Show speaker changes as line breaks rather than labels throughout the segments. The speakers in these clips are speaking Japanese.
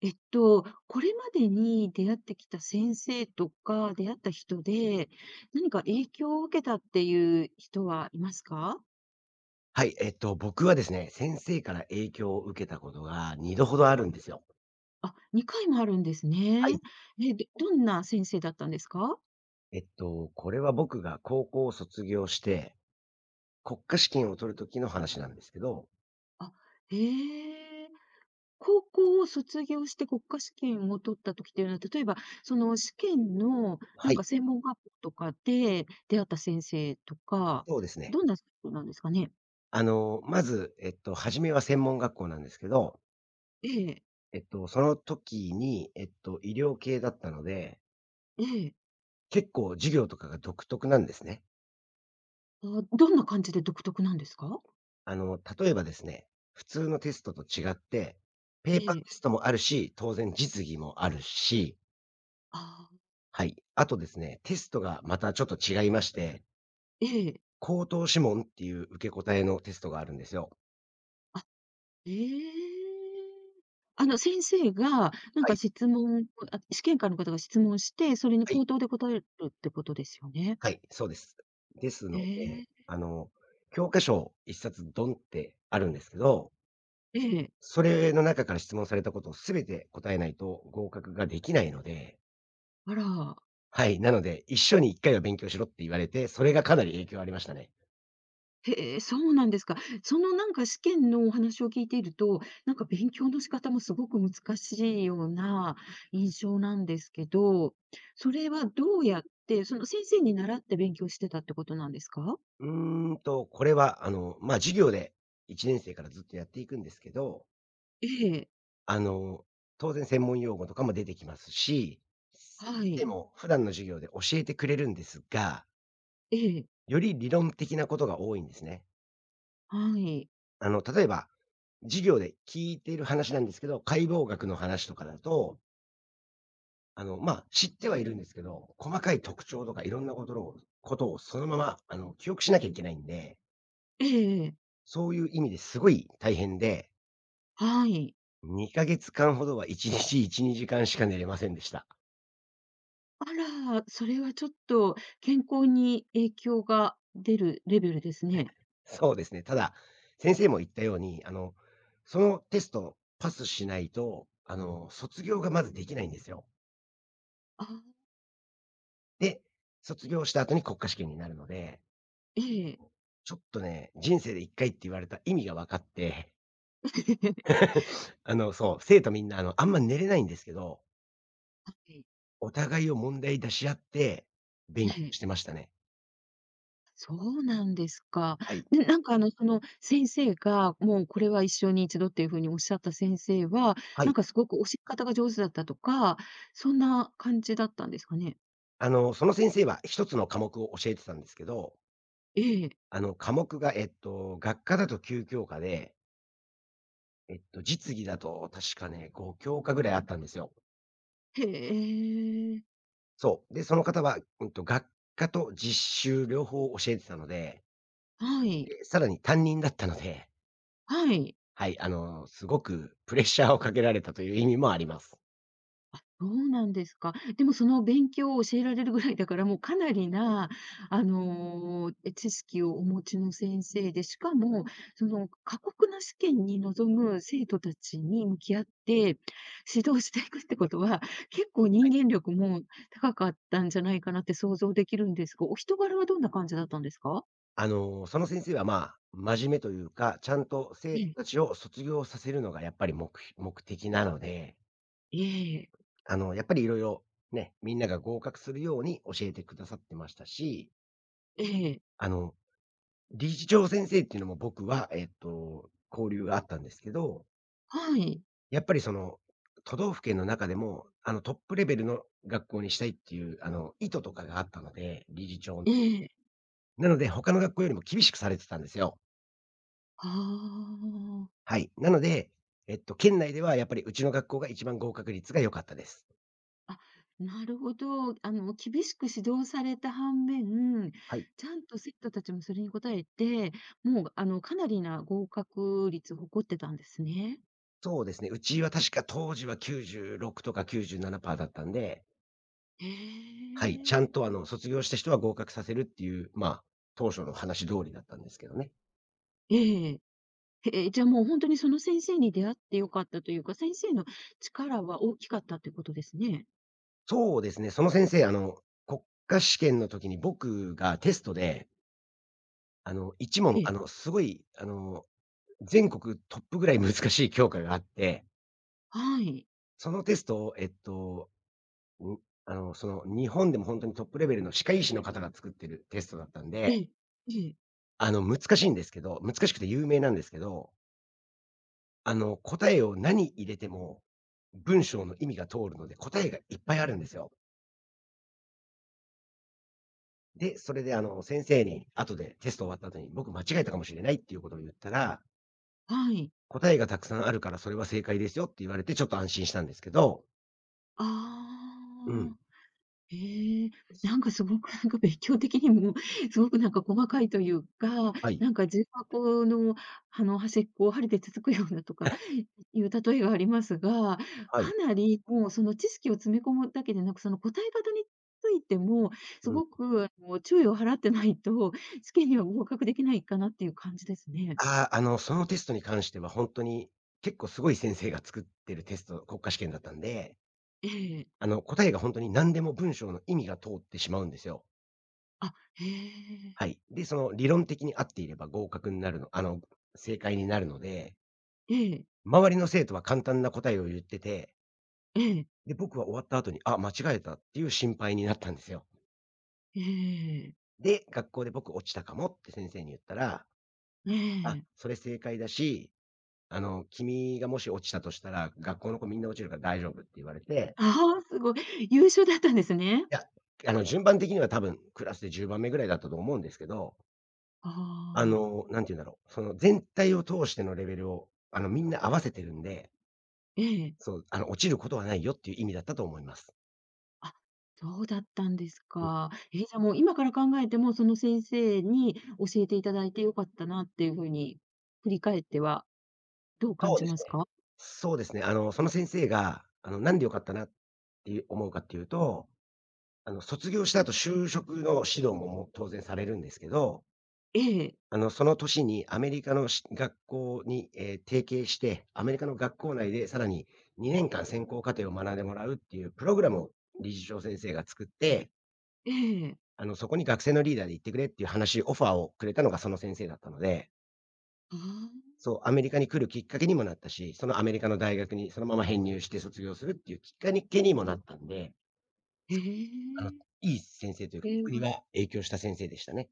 これまでに出会ってきた先生とか、出会った人で、何か影響を受けたっていう人はいますか？
はい、僕はですね、先生から影響を受けたことが2度ほどあるんですよ。
あ、2回もあるんです
は
ね。
い。
え、どんな先生だったんですか？
これは僕が高校を卒業して、国家試験を取る時の話なんですけど、
あ、へえ。高校を卒業して国家試験を取った時っていうのは、例えば、その試験のな
は
ん
い、
か専門学校とかで出会った先生とか、
そうですね。
どんな人なんですかね？
まず、初めは専門学校なんですけど、
ええ、
その時に、医療系だったので、
ええ。
結構授業とかが独特なんですね。
あ、どんな感じで独特なんですか？
例えばですね、普通のテストと違って、ペーパ
え
ー
え。
テストもあるし、当然実技もあるし、
ああ、
はい。あとですね、テストがまたちょっと違いまして、
ええ。
口頭試問っていう受け答えのテストがあるんですよ。
あ、ええ。あの、先生が、なん
は
か
い。
質問、あ、試験官の方が質問して、それに
は
口
い。
頭で答えるってことですよね？
はい、そうです。です
え
ので、
え、
教科書1冊ドンってあるんですけど、
ええ。
それの中から質問されたことを全て答えないと合格ができないので、
あら、
はい。なので、一緒に1回は勉強しろって言われて、それがかなり影響ありましたね。
へえ、そうなんですか。そのなんか試験のお話を聞いていると、なんか勉強の仕方もすごく難しいような印象なんですけど、それはどうやって、その先生に習って勉強してたってことなんですか？
これは、授業で1年生からずっとやっていくんですけど、
ええ、
あの、当然専門用語とかも出てきますし、先
は
生
い、
も普段の授業で教えてくれるんですが、
ええ。
より理論的なことが多いんですね。
はい。
例えば、授業で聞いている話なんですけど、解剖学の話とかだと、知ってはいるんですけど、細かい特徴とかいろんなことをそのまま、記憶しなきゃいけないんで、
ええええ。
そういう意味ですごい大変で、
はい。
2ヶ月間ほどは1日1、2時間しか寝れませんでした。
あら、それはちょっと健康に影響が出るレベルですね。
そうですね。ただ、先生も言ったように、そのテストパスしないと、卒業がまずできないんですよ。
あ、
で、卒業した後に国家試験になるので、
ええ。
ちょっとね、人生で一回って言われた意味が分かって、そう、生徒みんな、あんま寝れないんですけど、
はい。
お互いを問題出し合って、
え
勉強
え。
してましたね。
そうなんですか。
はい。
で、なんかあの、その先生が、もうこれは一生に一度っていうふうにおっしゃった先生は、
は
な
い。
んかすごく教え方が上手だったとか、そんな感じだったんですかね？
その先生は一つの科目を教えてたんですけど、
ええ。
科目が、学科だと9教科で、実技だと確かね、5教科ぐらいあったんですよ。
へえ。
そう。で、その方は、学科と実習両方教えてたので、
はい。
で、さらに担任だったので、
はい。
はい、すごくプレッシャーをかけられたという意味もあります。
あ、そうなんですか。でもその勉強を教えられるぐらいだから、もうかなりな、あの、え、知識をお持ちの先生で、しかも、その過酷な試験に臨む生徒たちに向き合って、指導していくってことは、結構
は
人
い。
間力も高かったんじゃないかなって想像できるんですが、お人柄はどんな感じだったんですか？
その先生は、真面目というか、ちゃんと生
え
徒
え、
たちを卒業させるのがやっぱり目標目的なので、
ええ、
やっぱりいろいろね、みんなが合格するように教えてくださってましたし、
ええ、
あの、理事長先生っていうのも僕は、交流があったんですけど、
はい、
やっぱりその、都道府県の中でも、トップレベルの学校にしたいっていう、意図とかがあったので、理事長の。
ええ、
なので、他の学校よりも厳しくされてたんですよ。
ああ。
はい。なので、県内ではやっぱりうちの学校が一番合格率が良かったです。
あ、なるほど。あの、厳しく指導された反面、
はい。
ちゃんと生徒たちもそれに応えて、もう、あの、かなりな合格率を誇ってたんですね。
そうですね。うちは確か当時は96とか97%だったんで、
へ
はい。ち
え。
ゃんと卒業した人は合格させるっていう、当初の話通りだったんですけどね。
ええ。へえ、じゃあもう本当にその先生に出会って良かったというか、先生の力は大きかったってことですね。
そうですね、その先生、国家試験の時に僕がテストで、一問、
ええ、
すごい、全国トップぐらい難しい教科があって、
はい。
そのテストを、ん、日本でも本当にトップレベルの歯科医師の方が作ってるテストだったん
え
で、
え、ええ、
難しいんですけど難しくて有名なんですけど、答えを何入れても、文章の意味が通るので、答えがいっぱいあるんですよ。で、それであの先生に後でテスト終わった後に、僕間違えたかもしれないっていうことを言ったら、
はい。
答えがたくさんあるからそれは正解ですよって言われてちょっと安心したんですけど、う
あ
ん。
あ。ええ、なんかすごくなんか勉強的にも、すごくなんか細かいというか、
はい、
なんか重箱の、あの、端っこを針でつつくようなとかいう例えがありますが、
はい。
かなりもうその知識を詰め込むだけでなく、その答え方についても、す
うん。
ごくあの、注意を払ってないと、試験には合格できないかなっていう感じですね。
ああ、そのテストに関してはほんとに、結構すごい先生が作ってるテスト国家試験だったんで、
ええ。
答えがほんとに何でも文章の意味が通ってしまうんですよ。
あ、へえ。
はい。で、その理論的に合っていれば合格になるのあの、正解になるので、
ええ、
周りの生徒は簡単な答えを言ってて、
ええ、
で、僕は終わった後に、あ、間違えたっていう心配になったんですよ。
ええ。
で、学校で僕落ちたかもって先生に言ったら、
え
あ、
え。
それ正解だし、君がもし落ちたとしたら、学校の子みんな落ちるから大丈夫って言われて、
ああ、すごい。優秀だったんです
い
ね。
や、順番的には多分クラスで10番目ぐらいだったと思うんですけど、
ああ、
なんて言うんだろう、その全体を通してのレベルを、みんな合わせてるんで、
ええ。
そう、落ちることはないよっていう意味だったと思います。
あ、そうだったんですか。えーじゃあもう今から考えても、その先生に教えていただいてよかったなっていう風に振り返ってはどう感
そう
じ
です
ます
ね。
か？
そうですね。その先生が、なんで良かったなっていう思うかっていうと、卒業した後就職の指導ももう当然されるんですけど、
ええ、
その年にアメリカの学校に、提携して、アメリカの学校内でさらに2年間専攻課程を学んでもらうっていうプログラムを理事長先生が作って、
ええ。
そこに学生のリーダーで行ってくれっていうオファーをくれたのがその先生だったので、
ああ、
そう、アメリカに来るきっかけにもなったし、そのアメリカの大学にそのまま編入して卒業するっていうきっかけにもなったんで、
え
そう、あの、
え。
いい先生という
こ
か、
れ
僕に
は
は影響した先生でしたね。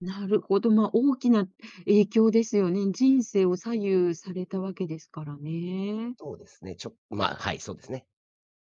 なるほど、まあ、大きな影響ですよね。人生を左右されたわけですからね。
そうですね、ちょまあ、はい、そうですね。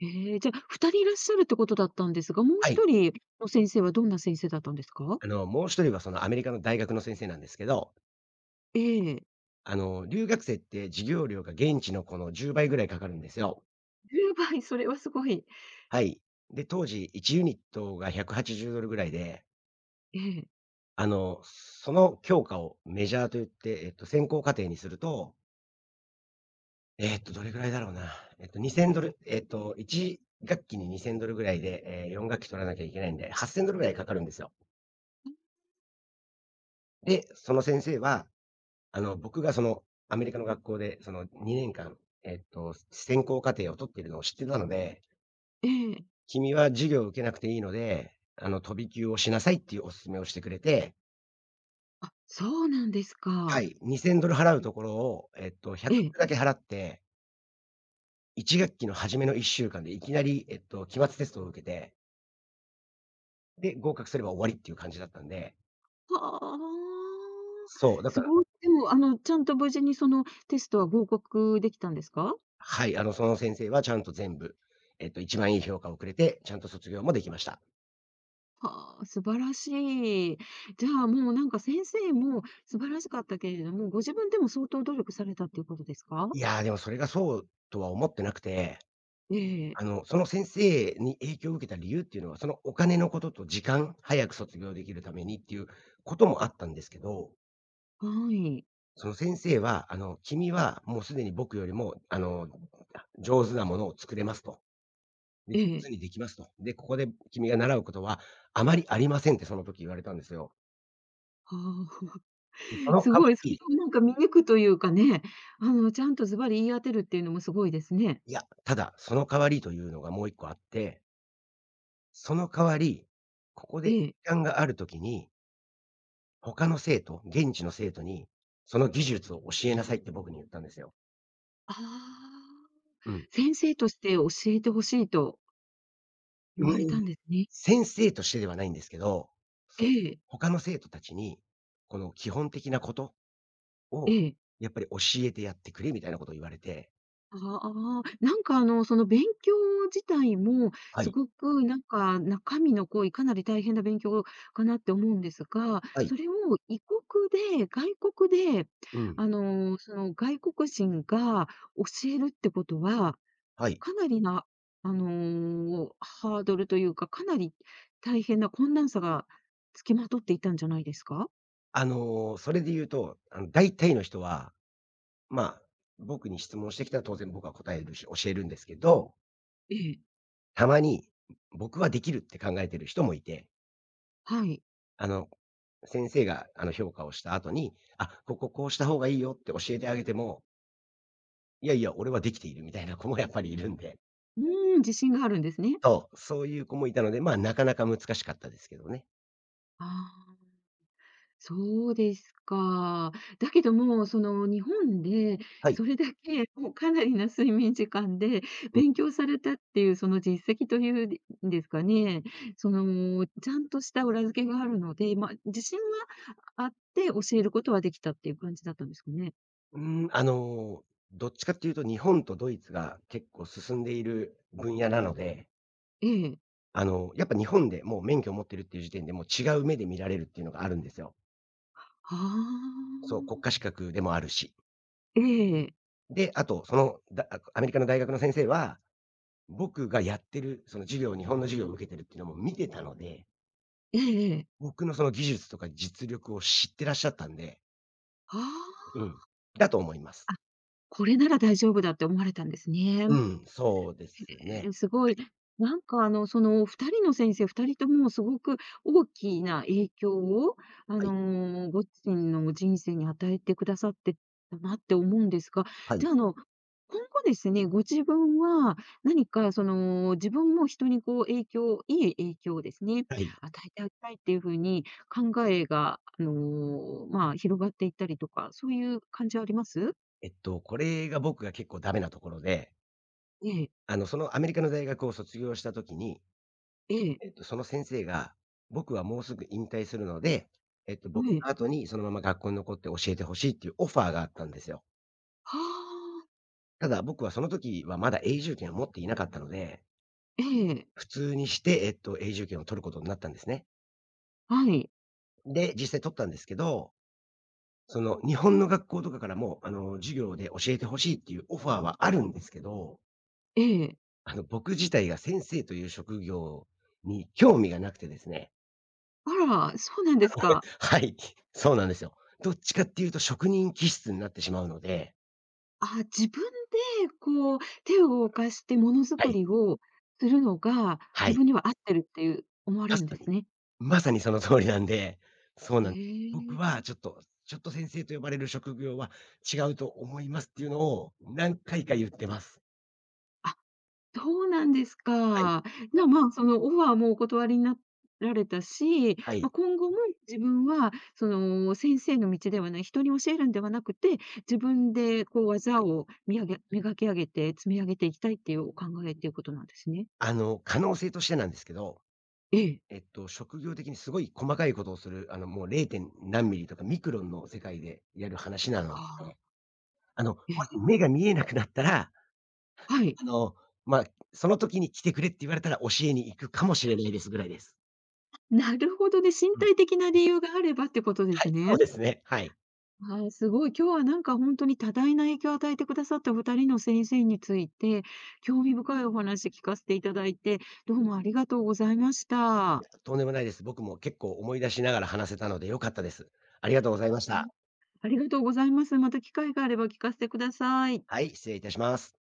ええ、じゃあ二人いらっしゃるってことだったんですが、もう
はい。
一人の先生はどんな先生だったんですか？
もう一人はそのアメリカの大学の先生なんですけど、
ええ、
留学生って授業料が現地のこの10倍ぐらいかかるんですよ。
10、それはすごい。
はい。で、当時1ユニットが $180 ぐらいで、
ええ、
その教科をメジャーと言って、専攻課程にするとどれぐらいだろうな。$2000、1学期に $2000 ぐらいで、4学期取らなきゃいけないんで、$8000 ぐらいかかるんですよ。で、その先生は、僕がその、アメリカの学校で、その2年間、専攻課程を取っているのを知ってたので、
ええ。
君は授業を受けなくていいので、飛び級をしなさいっていうお勧めをしてくれて、
あ、そうなんです
は
か。
い、$2000 払うところを、
え
100
え。
だけ払って、1学期の初めの1週間でいきなり、期末テストを受けて、で、合格すれば終わりっていう感じだったんで、
はあ。
そう、だ
す
から。
ごい。でも、あの、ちゃんと無事にそのテストは合格できたんですか？
はい、その先生はちゃんと全部、一番いい評価をくれて、ちゃんと卒業もできました。
はあ、素晴らしい。じゃあ、もうなんか先生も素晴らしかったけれども、ご自分でも相当努力されたっていうことですか？
いや、でもそれがそうとは思ってなくて、
ええ、
その先生に影響を受けた理由っていうのは、そのお金のことと時間、早く卒業できるためにっていうこともあったんですけど、
はい。
その先生は、君はもうすでに僕よりも、上手なものを作れますと。で、
え
上
え。
手にできますと。で、ここで君が習うことはあまりありませんってその時言われたんですよ。
はあ。
その
す
代わ
ごい、それ
り
をなんか見抜くというかね、あの、ちゃんとズバリ言い当てるっていうのもすごいですね。
いや、ただ、その代わりというのがもう一個あって、その代わり、ここで
ええ。
時間がある時に、他の生徒、現地の生徒に、その技術を教えなさいって僕に言ったんですよ。
ああ。
うん。
先生として教えてほしいと言われ
うー
た
ん。
んですね。
先生としてではないんですけど、
え
そ
え、
他の生徒たちに、この基本的なことを、
ええ。
やっぱり教えてやってくれみたいなことを言われて、
ああ、なんかあの、その勉強自体も、
は
す
い、
ごくなんか中身の濃い、かなり大変な勉強かなって思うんですが、
はい、
それを異国で、外国で、
うん、
あの、その外国人が教えるってことは、
はい。
かなりな、あの、ハードルというか、かなり大変な困難さが付きまとっていたんじゃないですか？
それで言うと、大体の人はまあ、僕に質問してきたら当然僕は答えるし、教えるんですけど、
ええ、
たまに、僕はできるって考えてる人もいて、
はい。
あの、先生があの評価をした後に、あ、こここうした方がいいよって教えてあげても、いやいや、俺はできているみたいな子もやっぱりいるんで、
うーん、自信があるんですね。
そう、そういう子もいたので、まあ、なかなか難しかったですけどね。
ああ、そうですか。だけども、その日本で
はい。
それだけもうかなりな睡眠時間で
うん。
勉強されたっていうその実績というんですかね、そのちゃんとした裏付けがあるので、まあ、自信はあって教えることはできたっていう感じだったんですかね？
うーん、あの、どっちかっていうと日本とドイツが結構進んでいる分野なので、
ええ。
やっぱ日本でもう免許を持ってるっていう時点で、もう違う目で見られるっていうのがあるんですよ。
はあ。
そう、国家資格でもあるし。
ええ。
で、あとその、アメリカの大学の先生は、僕がやってる、その授業日本の授業を受けてるっていうのも見てたので、
ええええ
僕のその技術とか実力を知ってらっしゃったんで、
はあ。
うん、だと思います。
あ、これなら大丈夫だって思われたんですね。
うん、そうですね。はい、
ええ、すごい。なんかあの、その2人の先生、2人ともすごく大きな影響を、あ
はい、
の、ご自身の人生に与えてくださってたなって思うんですが、
は
じ
い、
ゃあ、あの、今後ですね、ご自分は何かその、自分も人にこう影響いい影響をですね、
はい。
与えてあげたいっていう風に考えが、あの、まあ、広がっていったりとか、そういう感じはあります？
これが僕が結構ダメなところで、
ええ、
そのアメリカの大学を卒業した時に、
ええ、
その先生が、僕はもうすぐ引退するので、
え
僕
え。
の後にそのまま学校に残って教えてほしいっていうオファーがあったんですよ。
はあ。
ただ、僕はその時はまだ永住権を持っていなかったので、
ええ、
普通にして、永住権を取ることになったんですね。
はい。
で、実際取ったんですけど、その日本の学校とかからも、授業で教えてほしいっていうオファーはあるんですけど、
ええ。
僕自体が先生という職業に興味がなくてですね。
あら、そうなんですか。
はい、そうなんですよ。どっちかっていうと職人気質になってしまうので、
あ、自分でこう、手を動かしてものづ
は
く
い、
りをするのが、
は
自
い、
分には合ってるっていう思われ
ま
る
さ
んです
に、
ね。
まさにその通りなんで、そう
へ
なん僕
え。
はちょっと先生と呼ばれる職業は違うと思いますっていうのを何回か言ってます。
あ、そうなんです
はい、
か。じゃあ、まあ、そのオファーもお断りになられたし、
は
まあ、
い、
今後も自分はその先生の道ではない、人に教えるんではなくて、自分でこう技をみあげ磨き上げて積み上げていきたいっていうお考えっていうことなんですね。
可能性としてなんですけど、
ええ。
職業的にすごい細かいことをする、もう 0. 何ミリとかミクロンの世界でやる話なの
はあ。
で、も
ええ。
し目が見えなくなったら、
はい。
あの、まあ、その時に来てくれって言われたら教えに行くかもしれないですぐらいです。
なるほどね、身
うん。
体的な理由があればってことで
は
す
い、そう
ね。
ですね、はい。
はい、すごい。今日はなんか本当に多大な影響を与えてくださったお2人の先生について、興味深いお話聞かせていただいて、どうもありがとうございました。
とんでもないです。僕も結構思い出しながら話せたので良かったです。ありがとうございました。
ありがとうございます。また機会があれば聞かせてください。
はい、失礼いたします。